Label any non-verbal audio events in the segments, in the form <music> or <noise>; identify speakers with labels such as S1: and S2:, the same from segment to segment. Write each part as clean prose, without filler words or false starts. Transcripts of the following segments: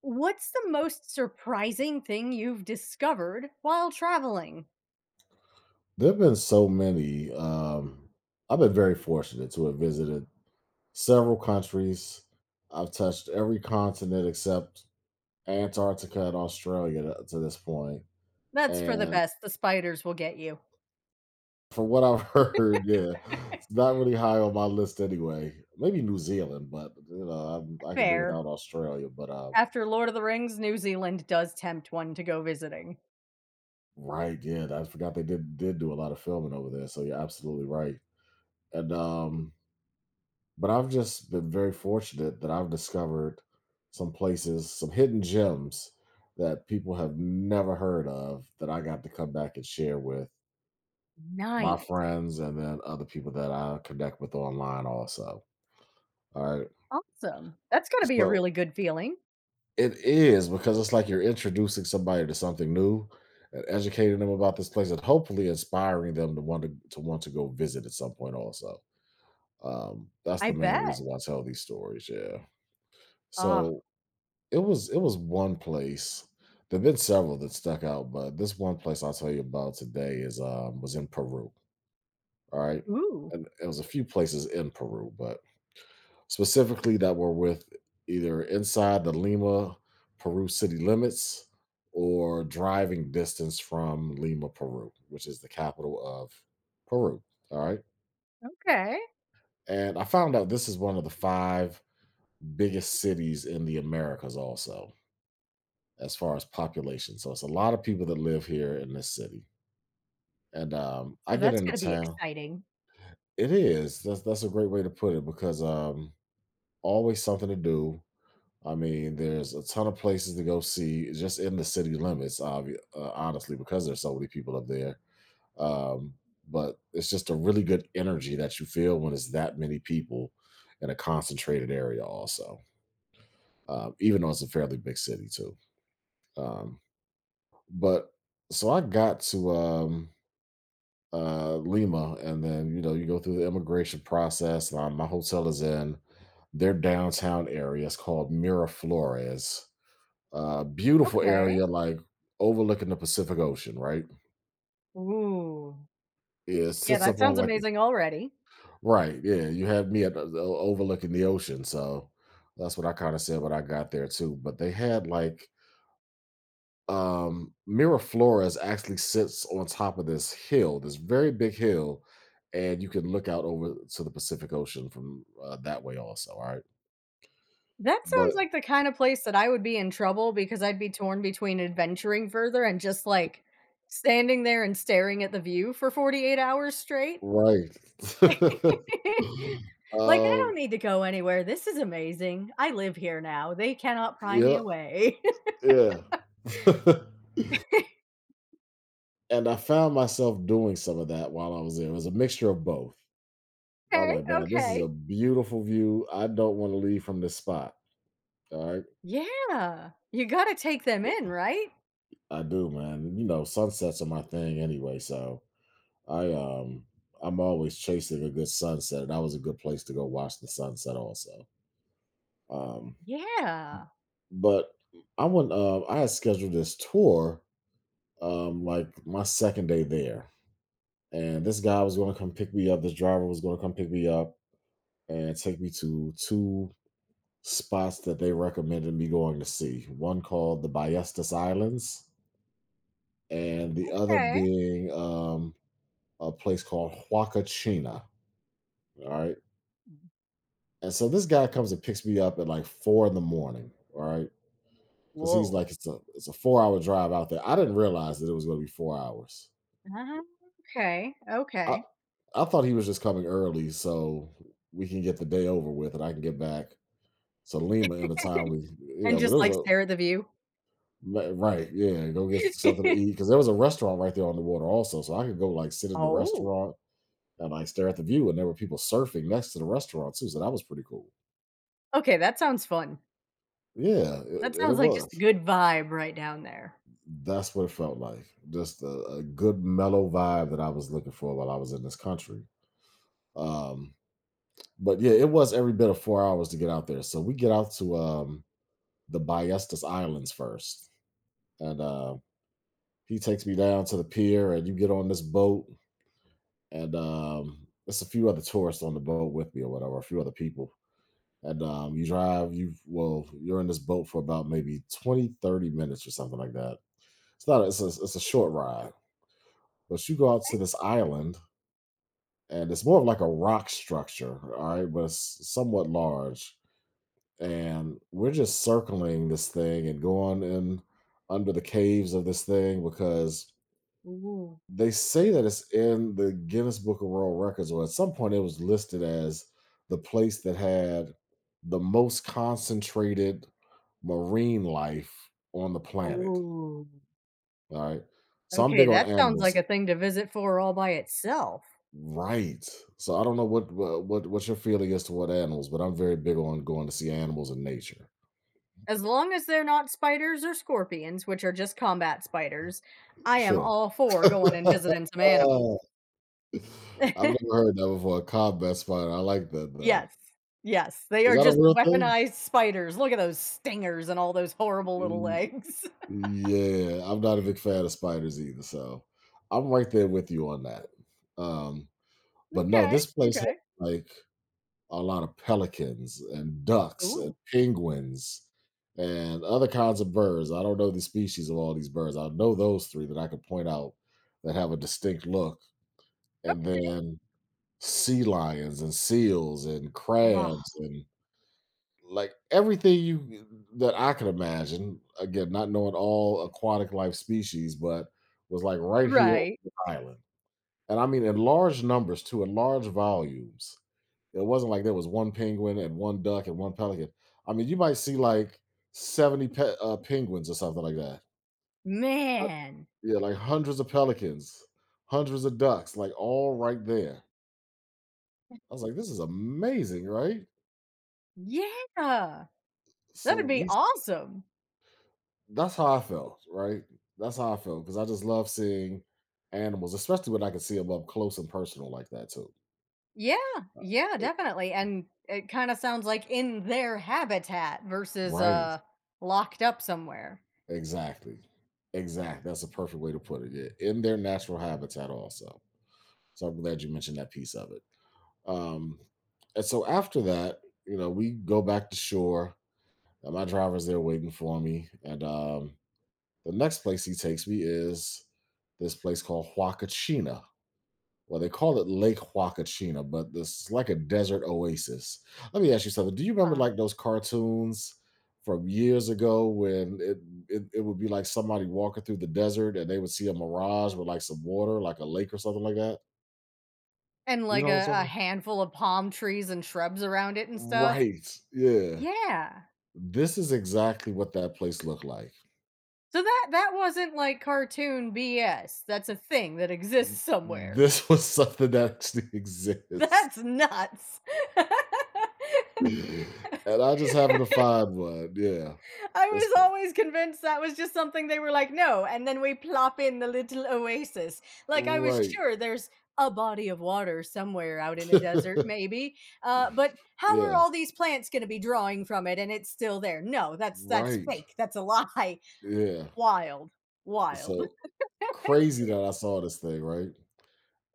S1: What's the most surprising thing you've discovered while traveling?
S2: There have been so many. I've been very fortunate to have visited several countries. I've touched every continent except Antarctica and Australia to this point.
S1: That's for the
S2: And
S1: best. The spiders will get you.
S2: from what I've <laughs> heard, yeah, it's not really high on my list anyway. Maybe New Zealand, but you know, I can do
S1: Fair.
S2: without Australia. But
S1: After Lord of the Rings, New Zealand does tempt one to go visiting.
S2: Right, yeah, I forgot they did do a lot of filming over there. So you're absolutely right. And But I've just been very fortunate that I've discovered some places, some hidden gems that people have never heard of that I got to come back and share with my
S1: Nice.
S2: friends and then other people that I connect with online also. All right.
S1: Awesome. That's got to be a
S2: So
S1: really good feeling.
S2: it is because it's like you're introducing somebody to something new and educating them about this place and hopefully inspiring them to want to go visit at some point also. That's
S1: I
S2: the main
S1: bet.
S2: reason why I tell these stories. Yeah.
S1: Ah,
S2: So it was one place. There've been several that stuck out, but this one place I'll tell you about today is was in Peru. All right.
S1: ooh.
S2: And it was a few places in Peru, but specifically that were with either inside the Lima, Peru city limits or driving distance from Lima, Peru, which is the capital of Peru. All right.
S1: Okay.
S2: And I found out this is one of the 5 biggest cities in the Americas also, as far as population. So it's a lot of people that live here in this city. And I
S1: So
S2: get
S1: that's going
S2: into
S1: to be
S2: town.
S1: exciting.
S2: It is. That's a great way to put it because, always something to do. I mean, there's a ton of places to go see just in the city limits, honestly, because there's so many people up there. Um, but it's just a really good energy that you feel when it's that many people in a concentrated area, also, even though it's a fairly big city, too. Um, but so I got to Lima, and then you know you go through the immigration process. My hotel is in their downtown area. It's called Miraflores. Beautiful
S1: Okay.
S2: area, like overlooking the Pacific Ocean. Right?
S1: Ooh.
S2: Yeah, it
S1: Yeah,
S2: sits
S1: that
S2: up on
S1: sounds
S2: like
S1: amazing already.
S2: right. Yeah, you had me at the overlooking the ocean, so that's what I kind of said when I got there too. But they had like Miraflores actually sits on top of this hill, this very big hill, and you can look out over to the Pacific Ocean from that way also, all right?
S1: That sounds
S2: But
S1: like the kind of place that I would be in trouble because I'd be torn between adventuring further and just, like, standing there and staring at the view for 48 hours straight.
S2: right. <laughs>
S1: <laughs> Like, "I
S2: Um,
S1: don't need to go anywhere. This is amazing. I live here now. They cannot pry me
S2: yep,
S1: away." <laughs>
S2: yeah. <laughs> And I found myself doing some of that while I was there. It was a mixture of both. I'm
S1: Okay,
S2: like, "Man, this is
S1: okay.
S2: a beautiful view. I don't wanna leave from this spot," all right?
S1: Yeah. You gotta take them
S2: But
S1: in, right?
S2: I do, man, you know, sunsets are my thing anyway, so I um I'm always chasing a good sunset, and that was a good place to go watch the sunset also. Um,
S1: Yeah.
S2: but I went. I had scheduled this tour, like my second day there, and this guy was going to come pick me up. This driver was going to come pick me up and take me to two spots that they recommended me going to see. One called the Ballestas Islands, and the other
S1: Okay.
S2: being a place called Huacachina. All right. And so this guy comes and picks me up at like 4 in the morning, all right? Because he's
S1: Whoa.
S2: like, it's a 4 hour drive out there. I didn't realize that it was going to be 4 hours.
S1: Ah, okay,
S2: I
S1: okay.
S2: I thought he was just coming early so we can get the day over with and I can get back to Lima in a timely, you
S1: And
S2: know. But it
S1: just,
S2: was
S1: like,
S2: a
S1: stare at the view?
S2: li- Right, yeah, go get something to eat
S1: <laughs>
S2: because there was a restaurant right there on the water also, so I could go like sit in the
S1: Oh.
S2: restaurant and like stare at the view, and there were people surfing next to the restaurant too, so that was pretty cool.
S1: Okay, that sounds fun.
S2: Yeah,
S1: That
S2: it
S1: sounds like
S2: was.
S1: just a good vibe right down there.
S2: That's what it felt like. Just a good mellow vibe that I was looking for while I was in this country. Um, but Yeah, it was every bit of 4 hours to get out there. So we get out to the Ballestas Islands first, and he takes me down to the pier, and you get on this boat, and there's a few other tourists on the boat with me or whatever, a few other people. And You drive, you're in this boat for about maybe 20, 30 minutes or something like that. It's not, it's a, It's a short ride, but you go out to this island and it's more of like a rock structure, all right, but it's somewhat large. And we're just circling this thing and going in under the caves of this thing because
S1: Ooh,
S2: they say that it's in the Guinness Book of World Records, or at some point it was listed as the place that had the most concentrated marine life on the planet.
S1: ooh.
S2: All right. So I'm
S1: Okay,
S2: big on
S1: that sounds like
S2: animals.
S1: a thing to visit for all by itself.
S2: Right. So I don't know what your feeling is toward animals, but I'm very big on going to see animals in nature.
S1: As long as they're not spiders or scorpions, which are just combat spiders, I am
S2: Sure.
S1: all for
S2: <laughs>
S1: going and visiting some animals.
S2: I've never
S1: <laughs>
S2: heard that before. A combat spider. I like that though.
S1: Yes. Yes, they
S2: Is
S1: are
S2: that a
S1: just
S2: real thing?
S1: weaponized spiders. Look at those stingers and all those horrible little
S2: Y-
S1: legs. <laughs>
S2: Yeah, I'm not a big fan of spiders either, so I'm right there with you on that. Um, but No,
S1: Okay,
S2: this place has
S1: okay.
S2: like a lot of pelicans and ducks and
S1: Ooh.
S2: penguins and other kinds of birds. I don't know the species of all these birds. I know those three that I could point out that have a distinct look, and then sea lions and seals and
S1: Oh,
S2: crabs and like everything you that I could imagine. Again, not knowing all aquatic life species, but was like right here on
S1: right.
S2: the island. And I mean in large numbers too, in large volumes. It wasn't like there was one penguin and one duck and one pelican. I mean, you might see like 70 penguins or something like that. Uh,
S1: Man.
S2: Yeah, like hundreds of pelicans, hundreds of ducks, like all right there. I was like, this is amazing, right?
S1: Yeah.
S2: So
S1: That'd be
S2: we
S1: awesome.
S2: That's how I felt, right? That's how I felt because I just love seeing animals, especially when I can see them up close and personal like that too.
S1: Yeah, yeah,
S2: Uh,
S1: definitely, and it kinda sounds like in their habitat versus,
S2: Right.
S1: locked up somewhere.
S2: Exactly. Exactly. That's a perfect way to put it. Yeah. In their natural habitat also. So I'm glad you mentioned that piece of it. Um, and so after that, you know, we go back to shore. And my driver's there waiting for me. And The next place he takes me is this place called Huacachina. Well, they call it Lake Huacachina, but this is like a desert oasis. Let me ask you something. Do you remember
S1: Uh,
S2: like those cartoons from years ago when it would be like somebody walking through the desert and they would see a mirage with like some water, like a lake or something like that?
S1: and,
S2: Do you
S1: like,
S2: know what
S1: a
S2: I'm
S1: a
S2: talking
S1: handful of palm trees and shrubs around it and stuff.
S2: right, yeah.
S1: Yeah.
S2: This is exactly what that place looked like.
S1: So that that wasn't, like, cartoon BS. That's a thing that exists somewhere.
S2: This <laughs> was something that actually exists,
S1: That's nuts. <laughs>
S2: and I just happened to find one, yeah.
S1: I
S2: It's
S1: was
S2: cool.
S1: always convinced that was just something they were like, no, and then we plop in the little oasis. Like I was
S2: Right.
S1: sure there's a body of water somewhere out in a desert,
S2: <laughs>
S1: maybe. But how are
S2: Yeah,
S1: all these plants going to be drawing from it and it's still there? No, that's
S2: right,
S1: fake. That's a lie.
S2: yeah.
S1: <laughs> Wild, wild.
S2: So, crazy that I saw this thing, right?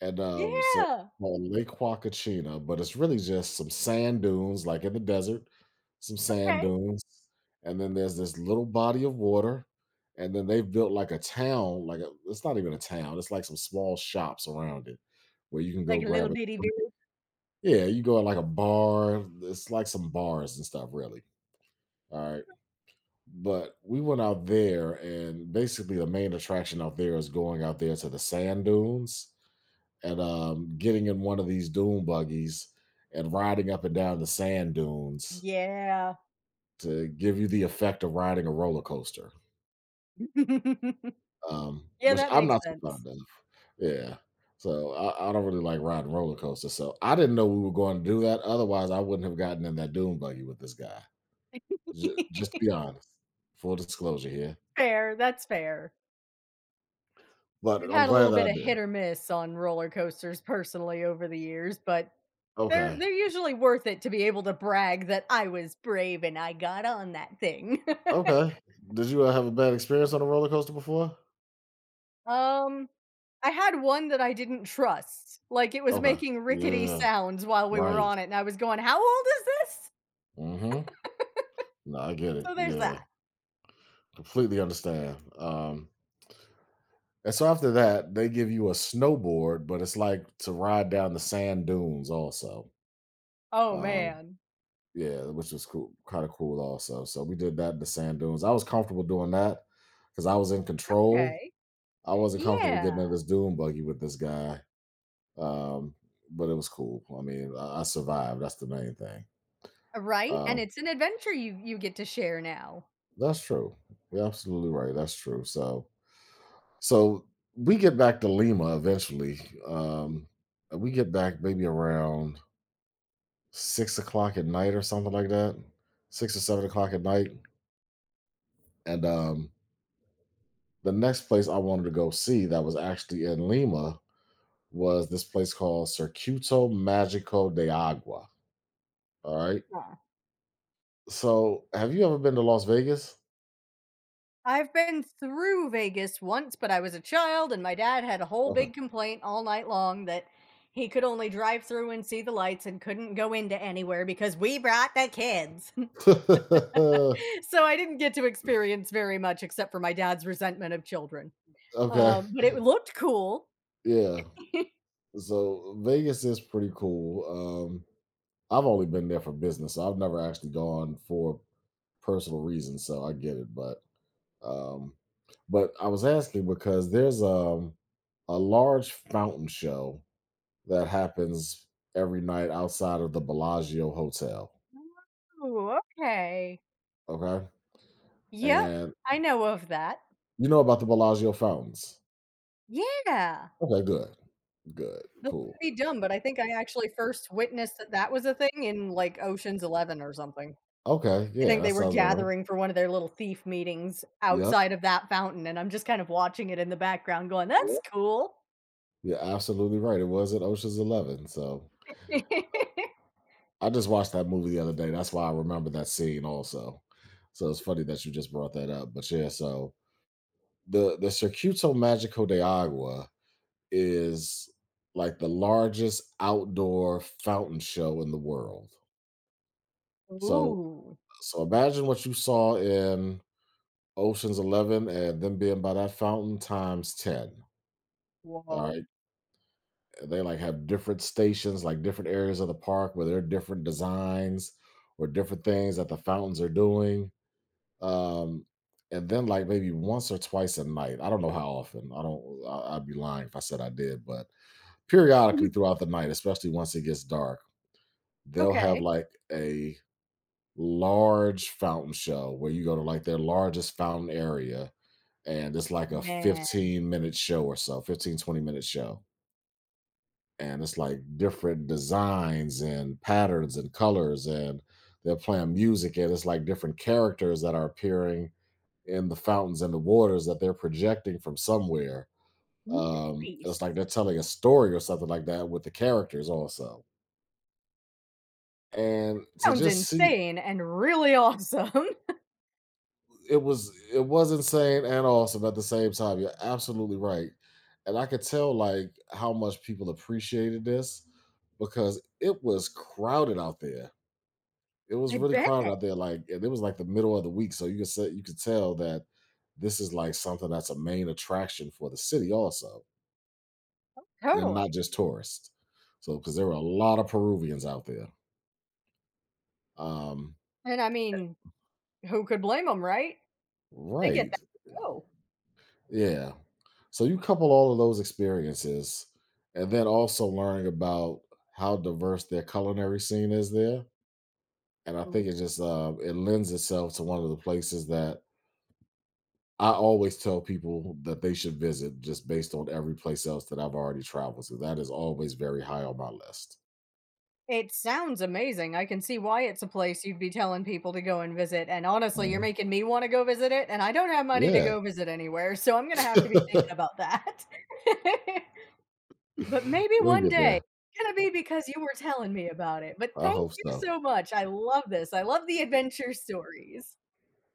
S2: So it's
S1: Yeah.
S2: called Lake Huacachina, but it's really just some sand dunes, like in the desert, some sand
S1: Okay.
S2: dunes, and then there's this little body of water, and then they've built like a town, like it's not even a town, it's like some small shops around it where you can go
S1: Like a little
S2: grab a
S1: bitty
S2: drink.
S1: village.
S2: Yeah, you go at like a bar, it's like some bars and stuff, really. All right. But we went out there, and basically the main attraction out there is going out there to the sand dunes and getting in one of these dune buggies and riding up and down the sand dunes
S1: Yeah.
S2: to give you the effect of riding a roller coaster,
S1: <laughs> Yeah,
S2: which
S1: that
S2: I'm
S1: makes
S2: not so
S1: sense.
S2: fond of. Yeah. So I don't really like riding roller coasters. So I didn't know we were going to do that. Otherwise, I wouldn't have gotten in that dune buggy with this guy. Just to be
S1: <laughs>
S2: honest, full disclosure here.
S1: Fair. That's fair.
S2: But
S1: I've
S2: I'm
S1: had a
S2: glad
S1: little
S2: that
S1: bit
S2: I
S1: of
S2: did.
S1: hit or miss on roller coasters personally over the years, but they're
S2: Okay.
S1: they're usually worth it to be able to brag that I was brave and I got on that thing.
S2: Okay. Did you have a bad experience on a roller coaster before?
S1: <laughs> um I had one that I didn't trust. Like it was
S2: Okay.
S1: making rickety
S2: Yeah.
S1: sounds while we were
S2: Right.
S1: on it and I was going, "How old is this?"
S2: Mm hmm. No, I get it.
S1: So there's that.
S2: Yeah, completely understand. And so after that, they give you a snowboard, but it's like to ride down the sand dunes also.
S1: Oh
S2: Um,
S1: man.
S2: yeah, which was cool, kind of cool also. So we did that in the sand dunes. I was comfortable doing that because I was in control.
S1: Okay.
S2: I wasn't comfortable getting
S1: Yeah.
S2: in this dune buggy with this guy, um, but it was cool. I mean, I survived. That's the main thing.
S1: Right? And
S2: Um,
S1: it's an adventure you get to share now.
S2: that's true. You're absolutely right. That's true. So. So we get back to Lima eventually. Um, we get back maybe around 6 o'clock at night or something like that, 6 or 7 o'clock at night. And the next place I wanted to go see that was actually in Lima was this place called Circuito Magico de Agua. All right. So have you ever been to Las Vegas?
S1: I've been through Vegas once, but I was a child, and my dad had a whole
S2: Okay.
S1: big complaint all night long that he could only drive through and see the lights and couldn't go into anywhere because we brought the kids.
S2: <laughs>
S1: <laughs> So I didn't get to experience very much except for my dad's resentment of children.
S2: Okay.
S1: But it looked cool.
S2: Yeah.
S1: <laughs>
S2: So Vegas is pretty cool. Um, I've only been there for business. So I've never actually gone for personal reasons, so I get it. Um, but I was asking because there's a large fountain show that happens every night outside of the Bellagio Hotel.
S1: Ooh, okay.
S2: Okay,
S1: Yep,
S2: and
S1: I know of that.
S2: you know about the Bellagio fountains.
S1: Yeah.
S2: Okay, good, good,
S1: This might
S2: cool.
S1: be dumb, but I think I actually first witnessed that that was a thing in like Ocean's 11 or something.
S2: Okay,
S1: I
S2: yeah,
S1: think
S2: that
S1: they were
S2: sounds about right.
S1: gathering for one of their little thief meetings
S2: Yep,
S1: outside of that fountain, and I'm just kind of watching it in the background going, "That's
S2: yep,
S1: cool."
S2: you're absolutely right. It was at Ocean's 11, so
S1: <laughs>
S2: I just watched that movie the other day. That's why I remember that scene also. So it's funny that you just brought that up. But yeah, so the Circuito Magico de Agua is like the largest outdoor fountain show in the world. So
S1: Ooh.
S2: so imagine what you saw in Ocean's 11 and them being by that fountain times 10. All
S1: Whoa.
S2: right. They like have different stations, like different areas of the park where there are different designs or different things that the fountains are doing. Um, and then like maybe once or twice a night. I don't know how often. I don't. I'd be lying if I said I did, but periodically
S1: <laughs>
S2: throughout the night, especially once it gets dark, they'll have
S1: Okay.
S2: like a large fountain show where you go to like their largest fountain area, and it's like a
S1: Man,
S2: 15-minute show or so, 15 20 minute show, and it's like different designs and patterns and colors and. They're playing music, and it's like different characters that are appearing and the fountains and the waters that they're projecting from somewhere. It's
S1: peace.
S2: like they're telling a story or something like that with the characters also. And to
S1: Sounds
S2: just see
S1: insane and really awesome. <laughs>
S2: it was insane and awesome at the same time. You're absolutely right. And I could tell like how much people appreciated this because it was crowded out there. It was
S1: I
S2: really
S1: bet.
S2: crowded out there. Like and it was like the middle of the week. So you could tell that this is like something that's a main attraction for the city also and not
S1: Totally.
S2: just tourists. So, because there were a lot of Peruvians out there. Um,
S1: And I mean, who could blame them, right? They get
S2: right.
S1: that show.
S2: Yeah. So you couple all of those experiences and then also learning about how diverse their culinary scene is there. And I think it just it lends itself to one of the places that I always tell people that they should visit just based on every place else that I've already traveled to. That is always very high on my list.
S1: It sounds amazing. I can see why it's a place you'd be telling people to go and visit, and honestly, you're
S2: Mhm.
S1: making me wanna go visit it, and I don't have money to
S2: Yeah.
S1: go visit anywhere, so I'm gonna have to be thinking
S2: <laughs>
S1: about that. <laughs> But maybe
S2: We'll
S1: one
S2: get
S1: day.
S2: there.
S1: Gonna be because you were telling me about it, but
S2: I
S1: thank
S2: hope
S1: you
S2: so.
S1: so much. I love this. I love the adventure stories.